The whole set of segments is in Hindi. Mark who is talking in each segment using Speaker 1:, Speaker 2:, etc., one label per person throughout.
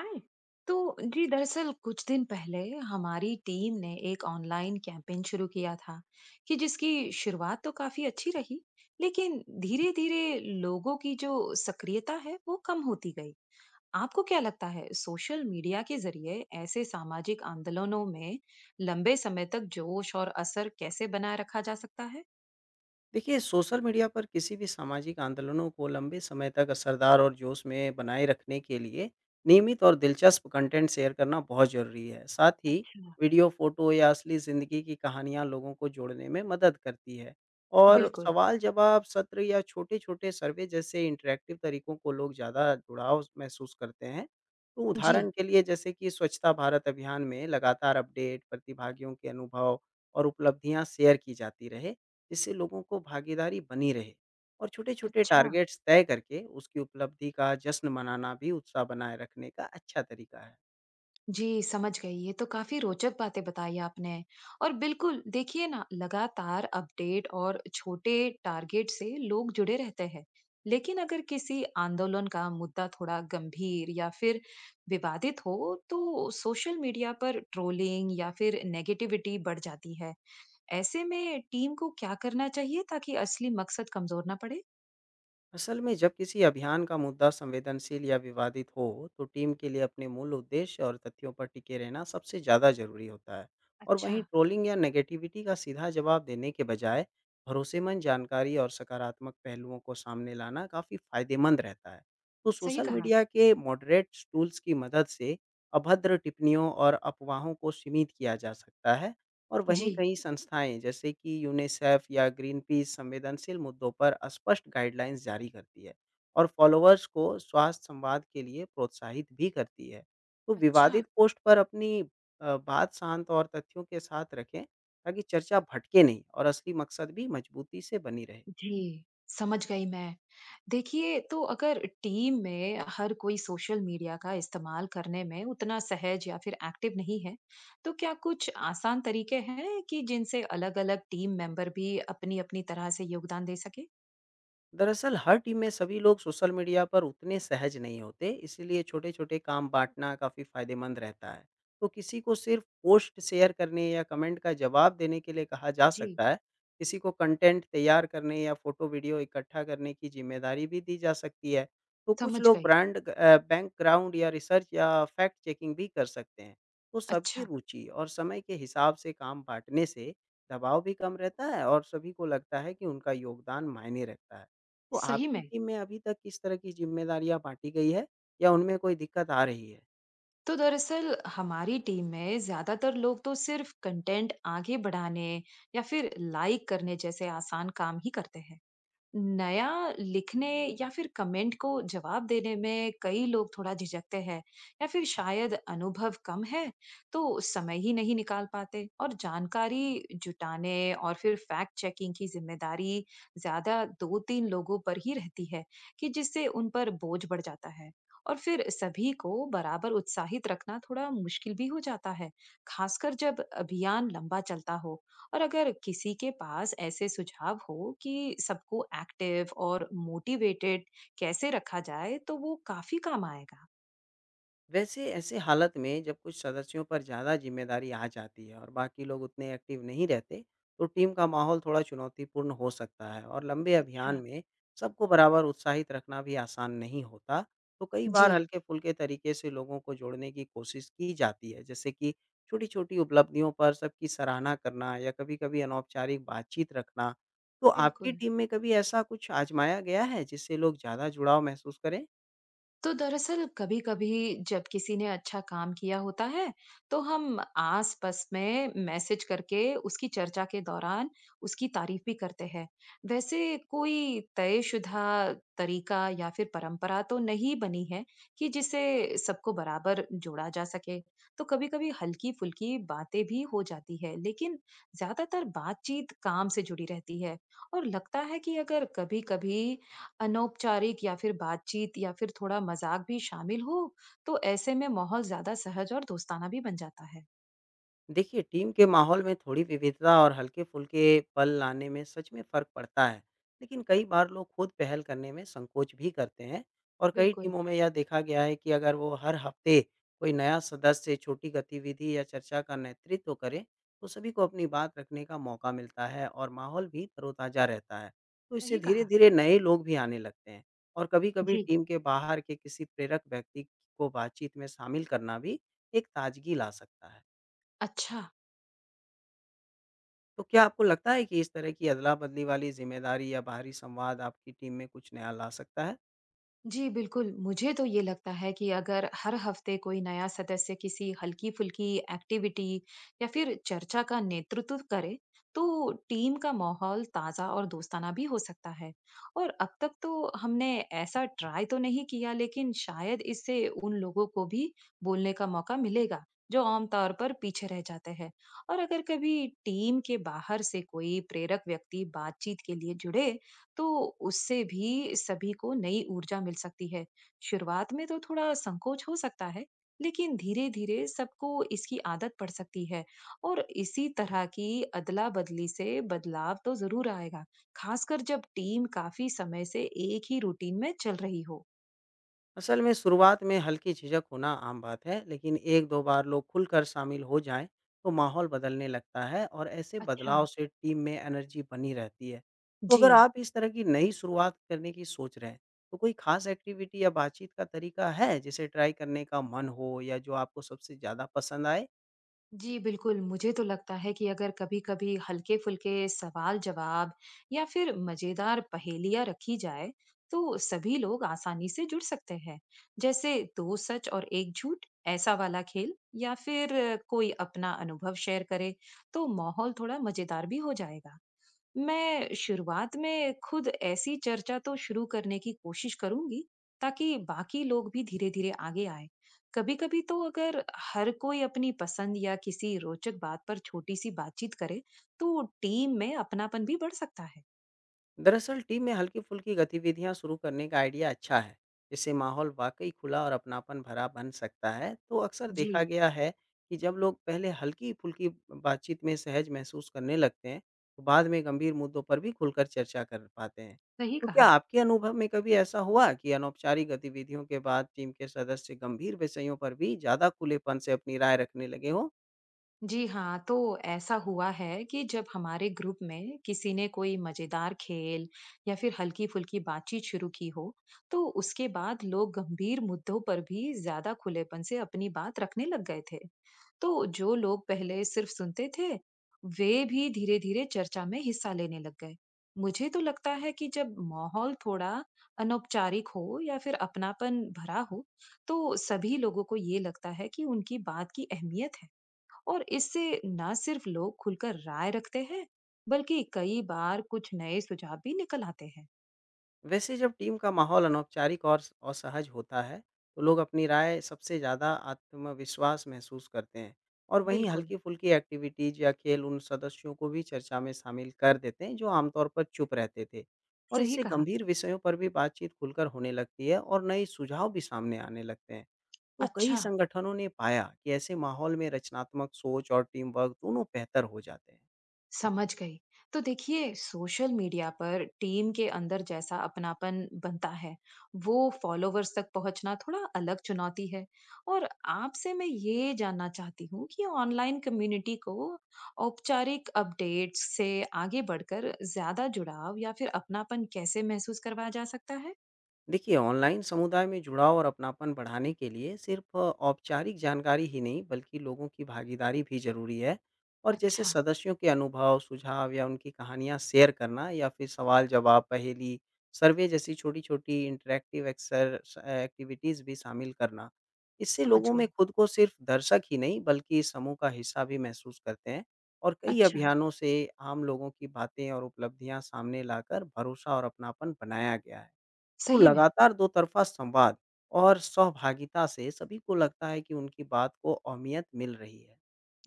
Speaker 1: हाय। तो जी दरअसल कुछ दिन पहले हमारी टीम ने एक ऑनलाइन कैंपेन शुरू किया था कि जिसकी शुरुआत तो काफी अच्छी रही, लेकिन धीरे धीरे लोगों की जो सक्रियता है वो कम होती गई। आपको क्या लगता है सोशल मीडिया के जरिए ऐसे सामाजिक आंदोलनों में लंबे समय तक जोश और असर कैसे बनाए रखा जा सकता है?
Speaker 2: देखिए, सोशल मीडिया पर किसी भी सामाजिक आंदोलनों को लंबे समय तक असरदार और जोश में बनाए रखने के लिए नियमित और दिलचस्प कंटेंट शेयर करना बहुत ज़रूरी है। साथ ही
Speaker 1: अच्छा।
Speaker 2: वीडियो, फ़ोटो या असली ज़िंदगी की कहानियाँ लोगों को जोड़ने में मदद करती है। और
Speaker 1: बिल्कुल।
Speaker 2: सवाल-जवाब सत्र या छोटे-छोटे सर्वे जैसे इंटरैक्टिव तरीकों को लोग ज़्यादा जुड़ाव महसूस करते हैं। तो
Speaker 1: जी।
Speaker 2: उदाहरण के लिए जैसे कि स्वच्छता भारत अभियान में लगातार अपडेट, प्रतिभागियों के अनुभव और उपलब्धियाँ शेयर की जाती रहे। जिससे लोगों को भागीदारी बनी रहे और छोटे-छोटे
Speaker 1: अच्छा।
Speaker 2: टारगेट्स तय करके उसकी उपलब्धि का जश्न मनाना भी उत्साह बनाए रखने का अच्छा तरीका है।
Speaker 1: जी समझ गई, ये तो काफी रोचक बातें बताई आपने। और बिल्कुल देखिए ना, लगातार अपडेट और छोटे टारगेट से लोग जुड़े रहते हैं। लेकिन अगर किसी आंदोलन का मुद्दा थोड़ा गंभीर या फिर विवादित हो तो सोशल मीडिया पर ट्रोलिंग या फिर नेगेटिविटी बढ़ जाती है। ऐसे में टीम को क्या करना चाहिए ताकि असली मकसद कमजोर ना पड़े?
Speaker 2: असल में जब किसी अभियान का मुद्दा संवेदनशील या विवादित हो तो टीम के लिए अपने मूल उद्देश्य और तथ्यों पर टिके रहना सबसे ज़्यादा जरूरी होता है। और
Speaker 1: अच्छा।
Speaker 2: वहीं ट्रोलिंग या नेगेटिविटी का सीधा जवाब देने के बजाय भरोसेमंद जानकारी और सकारात्मक पहलुओं को सामने लाना काफ़ी फायदेमंद रहता है। तो
Speaker 1: सही
Speaker 2: सोशल
Speaker 1: कहा।
Speaker 2: मीडिया के मॉडरेट टूल्स की मदद से अभद्र टिप्पणियों और अफवाहों को सीमित किया जा सकता है। और वहीं
Speaker 1: जी।
Speaker 2: कई संस्थाएं जैसे कि यूनिसेफ या ग्रीन पीस संवेदनशील मुद्दों पर स्पष्ट गाइडलाइंस जारी करती है और फॉलोअर्स को स्वास्थ्य संवाद के लिए प्रोत्साहित भी करती है। तो
Speaker 1: अच्छा।
Speaker 2: विवादित पोस्ट पर अपनी बात शांत और तथ्यों के साथ रखें ताकि चर्चा भटके नहीं और असली मकसद भी मजबूती से बनी रहे।
Speaker 1: जी, समझ गई मैं। देखिए, तो अगर टीम में हर कोई सोशल मीडिया का इस्तेमाल करने में उतना सहज या फिर एक्टिव नहीं है, तो क्या कुछ आसान तरीके हैं कि जिनसे अलग-अलग टीम मेंबर भी अपनी-अपनी तरह से योगदान दे सके?
Speaker 2: दरअसल हर टीम में सभी लोग सोशल मीडिया पर उतने सहज नहीं होते, इसीलिए छोटे छोटे काम बांटना काफ़ी फायदेमंद रहता है। तो किसी को सिर्फ पोस्ट शेयर करने या कमेंट का जवाब देने के लिए कहा जा
Speaker 1: जी,
Speaker 2: सकता है, किसी को कंटेंट तैयार करने या फोटो वीडियो इकट्ठा करने की जिम्मेदारी भी दी जा सकती है। तो कुछ
Speaker 1: समझ
Speaker 2: लोग
Speaker 1: गई।
Speaker 2: ब्रांड बैकग्राउंड या रिसर्च या फैक्ट चेकिंग भी कर सकते हैं। तो सबकी
Speaker 1: अच्छा,
Speaker 2: रुचि और समय के हिसाब से काम बांटने से दबाव भी कम रहता है और सभी को लगता है कि उनका योगदान मायने रखता है। तो
Speaker 1: सही
Speaker 2: आपकी
Speaker 1: में।
Speaker 2: टीम में अभी तक किस तरह की ज़िम्मेदारियाँ बाँटी गई है या उनमें कोई दिक्कत आ रही है?
Speaker 1: तो दरअसल हमारी टीम में ज्यादातर लोग तो सिर्फ कंटेंट आगे बढ़ाने या फिर लाइक करने जैसे आसान काम ही करते हैं। नया लिखने या फिर कमेंट को जवाब देने में कई लोग थोड़ा झिझकते हैं, या फिर शायद अनुभव कम है, तो समय ही नहीं निकाल पाते। और जानकारी जुटाने और फिर फैक्ट चेकिंग की जिम्मेदारी ज्यादा दो तीन लोगों पर ही रहती है, कि जिससे उन पर बोझ बढ़ जाता है। और फिर सभी को बराबर उत्साहित रखना थोड़ा मुश्किल भी हो जाता है, खासकर जब अभियान लंबा चलता हो। और अगर किसी के पास ऐसे सुझाव हो कि सबको एक्टिव और मोटिवेटेड कैसे रखा जाए तो वो काफी काम आएगा।
Speaker 2: वैसे ऐसे हालत में जब कुछ सदस्यों पर ज़्यादा जिम्मेदारी आ जाती है और बाकी लोग उतने एक्टिव नहीं रहते, तो टीम का माहौल थोड़ा चुनौतीपूर्ण हो सकता है और लंबे अभियान
Speaker 1: अच्छा।
Speaker 2: में सबको बराबर उत्साहित रखना भी आसान नहीं होता। तो कई
Speaker 1: जी
Speaker 2: बार हल्के-फुल्के तरीके से लोगों को जोड़ने की कोशिश की जाती है, जैसे कि छोटी-छोटी उपलब्धियों पर सबकी सराहना करना या कभी-कभी अनौपचारिक बातचीत रखना। तो आपकी
Speaker 1: बिल्कुल।
Speaker 2: टीम में कभी ऐसा कुछ आजमाया गया है जिससे लोग ज़्यादा जुड़ाव महसूस करें?
Speaker 1: तो दरअसल कभी-कभी जब किसी ने अच्छा काम किया होता है, तो हम आस-पास में मैसेज करके उसकी चर्चा के दौरान उसकी तारीफ भी करते हैं। वैसे कोई तयशुदा तरीका या फिर परंपरा तो नहीं बनी है कि जिसे सबको बराबर जोड़ा जा सके। तो कभी-कभी हल्की-फुल्की बातें भी हो जाती है, लेकिन ज्यादातर बातचीत काम से जुड़ी रहती है। और लगता है कि अगर कभी-कभी अनौपचारिक या फिर बातचीत या फिर थोड़ा मजाक भी शामिल हो तो ऐसे में माहौल ज्यादा सहज और दोस्ताना भी बन जाता है।
Speaker 2: देखिए, टीम के माहौल में थोड़ी विविधता और हल्के-फुल्के पल लाने में सच में फ़र्क पड़ता है। लेकिन कई बार लोग खुद पहल करने में संकोच भी करते हैं, और कई
Speaker 1: बिल्कुल।
Speaker 2: टीमों में यह देखा गया है कि अगर वो हर हफ्ते कोई नया सदस्य छोटी गतिविधि या चर्चा का नेतृत्व करें, तो सभी को अपनी बात रखने का मौका मिलता है और माहौल भी तरोताज़ा रहता है। तो इससे
Speaker 1: सही कहा।
Speaker 2: धीरे-धीरे नए लोग भी आने लगते हैं, और कभी-कभी
Speaker 1: जी।
Speaker 2: टीम के बाहर के किसी प्रेरक व्यक्ति को बातचीत में शामिल करना भी एक ताज़गी ला सकता है।
Speaker 1: अच्छा।
Speaker 2: तो क्या आपको लगता है कि इस तरह की अदला-बदली वाली ज़िम्मेदारी या बाहरी संवाद आपकी टीम में कुछ नया ला सकता है?
Speaker 1: जी, बिल्कुल। मुझे तो ये लगता है कि अगर हर हफ्ते कोई नया सदस्य किसी हल्की-फुल्की एक्टिविटी या फिर चर्चा का नेतृत्व करे, तो टीम का माहौल ताज़ा और दोस्ताना भी हो सकता है। और अब तक तो हमने ऐसा ट्राई तो नहीं किया, लेकिन शायद इससे उन लोगों को भी बोलने का मौका मिलेगा, जो आमतौर पर पीछे रह जाते हैं। और अगर कभी टीम के बाहर से कोई प्रेरक व्यक्ति बातचीत के लिए जुड़े, तो उससे भी सभी को नई ऊर्जा मिल सकती है। शुरुआत में तो थोड़ा संकोच हो सकता है, लेकिन धीरे-धीरे सबको इसकी आदत पड़ सकती है। और इसी तरह की अदला-बदली से बदलाव तो ज़रूर आएगा, खासकर जब टीम काफ़ी समय से एक ही रूटीन में चल रही हो।
Speaker 2: असल में शुरुआत में हल्की झिझक होना आम बात है, लेकिन 1-2 बार लोग खुलकर शामिल हो जाएँ, तो माहौल बदलने लगता है और ऐसे
Speaker 1: अच्छा।
Speaker 2: बदलाव से टीम में एनर्जी बनी रहती है। तो
Speaker 1: जी।
Speaker 2: अगर आप इस तरह की नई शुरुआत करने की सोच रहे हैं, तो कोई खास एक्टिविटी या बातचीत का तरीका है, जिसे ट्राई करने का मन हो या जो आपको सबसे ज़्यादा पसंद आए?
Speaker 1: जी बिल्कुल, मुझे तो लगता है कि अगर कभी-कभी हल्के-फुल्के सवाल-जवाब या फिर मजेदार पहेलियाँ रखी जाए, तो सभी लोग आसानी से जुड़ सकते हैं। जैसे दो सच और एक झूठ, ऐसा वाला खेल या फिर कोई अपना अनुभव शेयर करे, तो माहौल थोड़ा मजेदार भी हो जाएगा। मैं शुरुआत में खुद ऐसी चर्चा तो शुरू करने की कोशिश करूंगी ताकि बाकी लोग भी धीरे धीरे आगे आए। कभी कभी तो अगर हर कोई अपनी पसंद या किसी रोचक बात पर छोटी सी बातचीत करे तो टीम में अपनापन भी बढ़ सकता है।
Speaker 2: दरअसल टीम में हल्की फुल्की गतिविधियां शुरू करने का आइडिया अच्छा है, जिससे माहौल वाकई खुला और अपनापन भरा बन सकता है। तो अक्सर
Speaker 1: जी।
Speaker 2: देखा गया है कि जब लोग पहले हल्की फुल्की बातचीत में सहज महसूस करने लगते हैं, तो बाद में गंभीर मुद्दों पर भी खुलकर चर्चा कर पाते हैं।
Speaker 1: सही
Speaker 2: तो क्या
Speaker 1: कहा।
Speaker 2: आपके अनुभव में कभी ऐसा हुआ कि अनौपचारिक गतिविधियों के बाद टीम के सदस्य गंभीर विषयों पर भी ज़्यादा खुलेपन से अपनी राय रखने लगे हों?
Speaker 1: जी हाँ, तो ऐसा हुआ है कि जब हमारे ग्रुप में किसी ने कोई मजेदार खेल या फिर हल्की फुल्की बातचीत शुरू की हो तो उसके बाद लोग गंभीर मुद्दों पर भी ज्यादा खुलेपन से अपनी बात रखने लग गए थे। तो जो लोग पहले सिर्फ सुनते थे वे भी धीरे धीरे चर्चा में हिस्सा लेने लग गए। मुझे तो लगता है कि जब माहौल थोड़ा अनौपचारिक हो या फिर अपनापन भरा हो तो सभी लोगों को ये लगता है कि उनकी बात की अहमियत है। और इससे ना सिर्फ लोग खुलकर राय रखते हैं बल्कि कई बार कुछ नए सुझाव भी निकल आते हैं।
Speaker 2: वैसे जब टीम का माहौल अनौपचारिक और और सहज होता है, तो लोग अपनी राय सबसे ज़्यादा आत्मविश्वास महसूस करते हैं। और वहीं
Speaker 1: बिल्कुल।
Speaker 2: हल्की फुल्की एक्टिविटीज या खेल उन सदस्यों को भी चर्चा में शामिल कर देते हैं जो आमतौर पर चुप रहते थे। और
Speaker 1: सही
Speaker 2: इससे
Speaker 1: कहा।
Speaker 2: गंभीर विषयों पर भी बातचीत खुलकर होने लगती है और नए सुझाव भी सामने आने लगते हैं। तो कई
Speaker 1: अच्छा,
Speaker 2: संगठनों ने पाया कि ऐसे माहौल में रचनात्मक सोच और टीम वर्क दोनों बेहतर हो जाते हैं।
Speaker 1: समझ गई। तो देखिए सोशल मीडिया पर टीम के अंदर जैसा अपनापन बनता है वो फॉलोवर्स तक पहुंचना थोड़ा अलग चुनौती है। और आपसे मैं ये जानना चाहती हूँ कि ऑनलाइन कम्युनिटी को औपचारिक अपडेट्स से आगे बढ़कर ज्यादा जुड़ाव या फिर अपनापन कैसे महसूस करवाया जा सकता है?
Speaker 2: देखिए, ऑनलाइन समुदाय में जुड़ाव और अपनापन बढ़ाने के लिए सिर्फ औपचारिक जानकारी ही नहीं बल्कि लोगों की भागीदारी भी जरूरी है। और जैसे
Speaker 1: अच्छा।
Speaker 2: सदस्यों के अनुभव, सुझाव या उनकी कहानियाँ शेयर करना या फिर सवाल जवाब, पहेली, सर्वे जैसी छोटी छोटी इंटरेक्टिव एक्टिविटीज़ भी शामिल करना, इससे
Speaker 1: समझ
Speaker 2: लोगों में
Speaker 1: गई।
Speaker 2: खुद को सिर्फ दर्शक ही नहीं बल्कि समूह का हिस्सा भी महसूस करते हैं। और कई
Speaker 1: अच्छा,
Speaker 2: अभियानों से आम लोगों की बातें और उपलब्धियां सामने लाकर भरोसा और अपनापन बनाया गया है। तो
Speaker 1: सही में?
Speaker 2: लगातार दोतरफ़ा संवाद और सहभागिता से सभी को लगता है कि उनकी बात को अहमियत मिल रही है।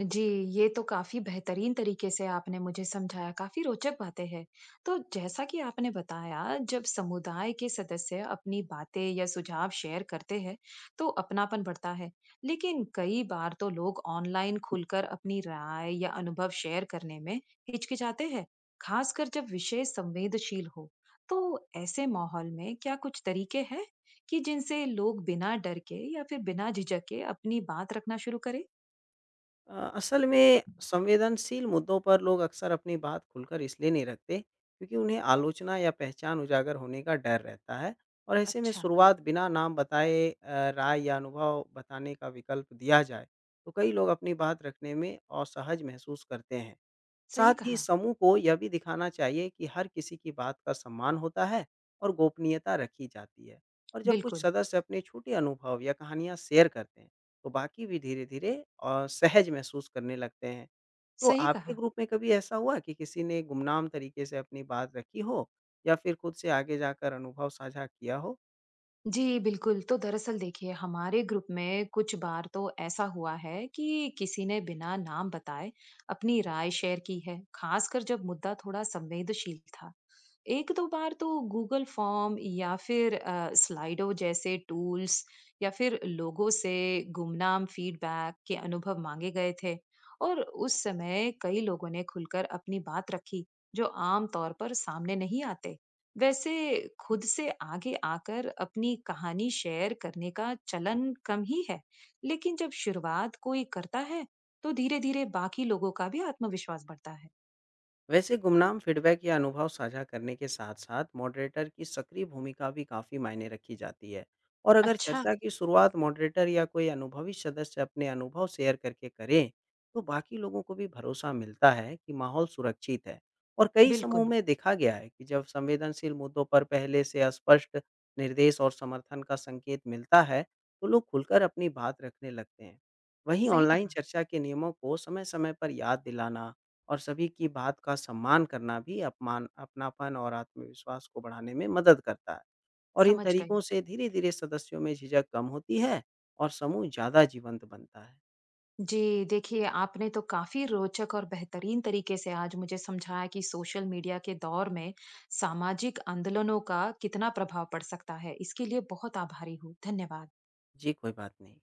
Speaker 1: जी, ये तो काफ़ी बेहतरीन तरीके से आपने मुझे समझाया, काफ़ी रोचक बातें हैं। तो जैसा कि आपने बताया, जब समुदाय के सदस्य अपनी बातें या सुझाव शेयर करते हैं, तो अपनापन बढ़ता है। लेकिन कई बार तो लोग ऑनलाइन खुलकर अपनी राय या अनुभव शेयर करने में हिचकिचाते हैं, खासकर जब विषय संवेदनशील हो। तो ऐसे माहौल में क्या कुछ तरीके हैं कि जिनसे लोग बिना डर के या फिर बिना झिझक के अपनी बात रखना शुरू करें?
Speaker 2: असल में संवेदनशील मुद्दों पर लोग अक्सर अपनी बात खुलकर इसलिए नहीं रखते क्योंकि उन्हें आलोचना या पहचान उजागर होने का डर रहता है। और ऐसे में
Speaker 1: अच्छा।
Speaker 2: शुरुआत बिना नाम बताए राय या अनुभव बताने का विकल्प दिया जाए तो कई लोग अपनी बात रखने में असहज महसूस करते हैं।
Speaker 1: सही
Speaker 2: साथ ही
Speaker 1: कहा,
Speaker 2: समूह को यह भी दिखाना चाहिए कि हर किसी की बात का सम्मान होता है और गोपनीयता रखी जाती है। और जब कुछ
Speaker 1: बिल्कुल,
Speaker 2: सदस्य अपने छोटे अनुभव या कहानियां शेयर करते हैं तो बाकी भी धीरे-धीरे सहज महसूस करने लगते हैं। तो
Speaker 1: सही
Speaker 2: आपके
Speaker 1: कहा।
Speaker 2: ग्रुप में कभी ऐसा हुआ कि किसी ने गुमनाम तरीके से अपनी बात रखी हो या फिर खुद से आगे जाकर अनुभव साझा किया हो?
Speaker 1: जी, बिल्कुल, तो दरअसल देखिए हमारे ग्रुप में कुछ बार तो ऐसा हुआ है कि किसी ने बिना नाम बताए अपनी राय शेयर की है, खासकर जब मुद्दा थोड़ा संवेदनशील था। एक दो बार तो गूगल फॉर्म या फिर स्लाइडो जैसे टूल्स या फिर लोगों से गुमनाम फीडबैक के अनुभव मांगे गए थे। और उस समय कई लोगों ने खुलकर अपनी बात रखी जो आम तौर पर सामने नहीं आते। वैसे खुद से आगे आकर अपनी कहानी शेयर करने का चलन कम ही है, लेकिन जब शुरुआत कोई करता है तो धीरे धीरे बाकी लोगों का भी आत्मविश्वास बढ़ता है।
Speaker 2: वैसे गुमनाम फीडबैक या अनुभव साझा करने के साथ साथ मॉडरेटर की सक्रिय भूमिका भी काफ़ी मायने रखी जाती है। और अगर
Speaker 1: अच्छा।
Speaker 2: चर्चा की शुरुआत मॉडरेटर या कोई अनुभवी सदस्य अपने अनुभव शेयर करके करें तो बाकी लोगों को भी भरोसा मिलता है कि माहौल सुरक्षित है। और कई समूह
Speaker 1: बिल्कुल।
Speaker 2: में देखा गया है कि जब संवेदनशील मुद्दों पर पहले से स्पष्ट निर्देश और समर्थन का संकेत मिलता है तो लोग खुलकर अपनी बात रखने लगते हैं। वहीं
Speaker 1: सही
Speaker 2: ऑनलाइन
Speaker 1: कहा।
Speaker 2: चर्चा के नियमों को समय समय पर याद दिलाना और सभी की बात का सम्मान करना भी अपमान अपनापन और आत्मविश्वास को बढ़ाने में मदद करता है। और इन
Speaker 1: समझ
Speaker 2: तरीकों
Speaker 1: गई।
Speaker 2: से धीरे-धीरे सदस्यों में झिझक कम होती है और समूह ज़्यादा जीवंत बनता है।
Speaker 1: जी, देखिए आपने तो काफ़ी रोचक और बेहतरीन तरीके से आज मुझे समझाया कि सोशल मीडिया के दौर में सामाजिक आंदोलनों का कितना प्रभाव पड़ सकता है। इसके लिए बहुत आभारी हूँ। धन्यवाद।
Speaker 2: जी, कोई बात नहीं।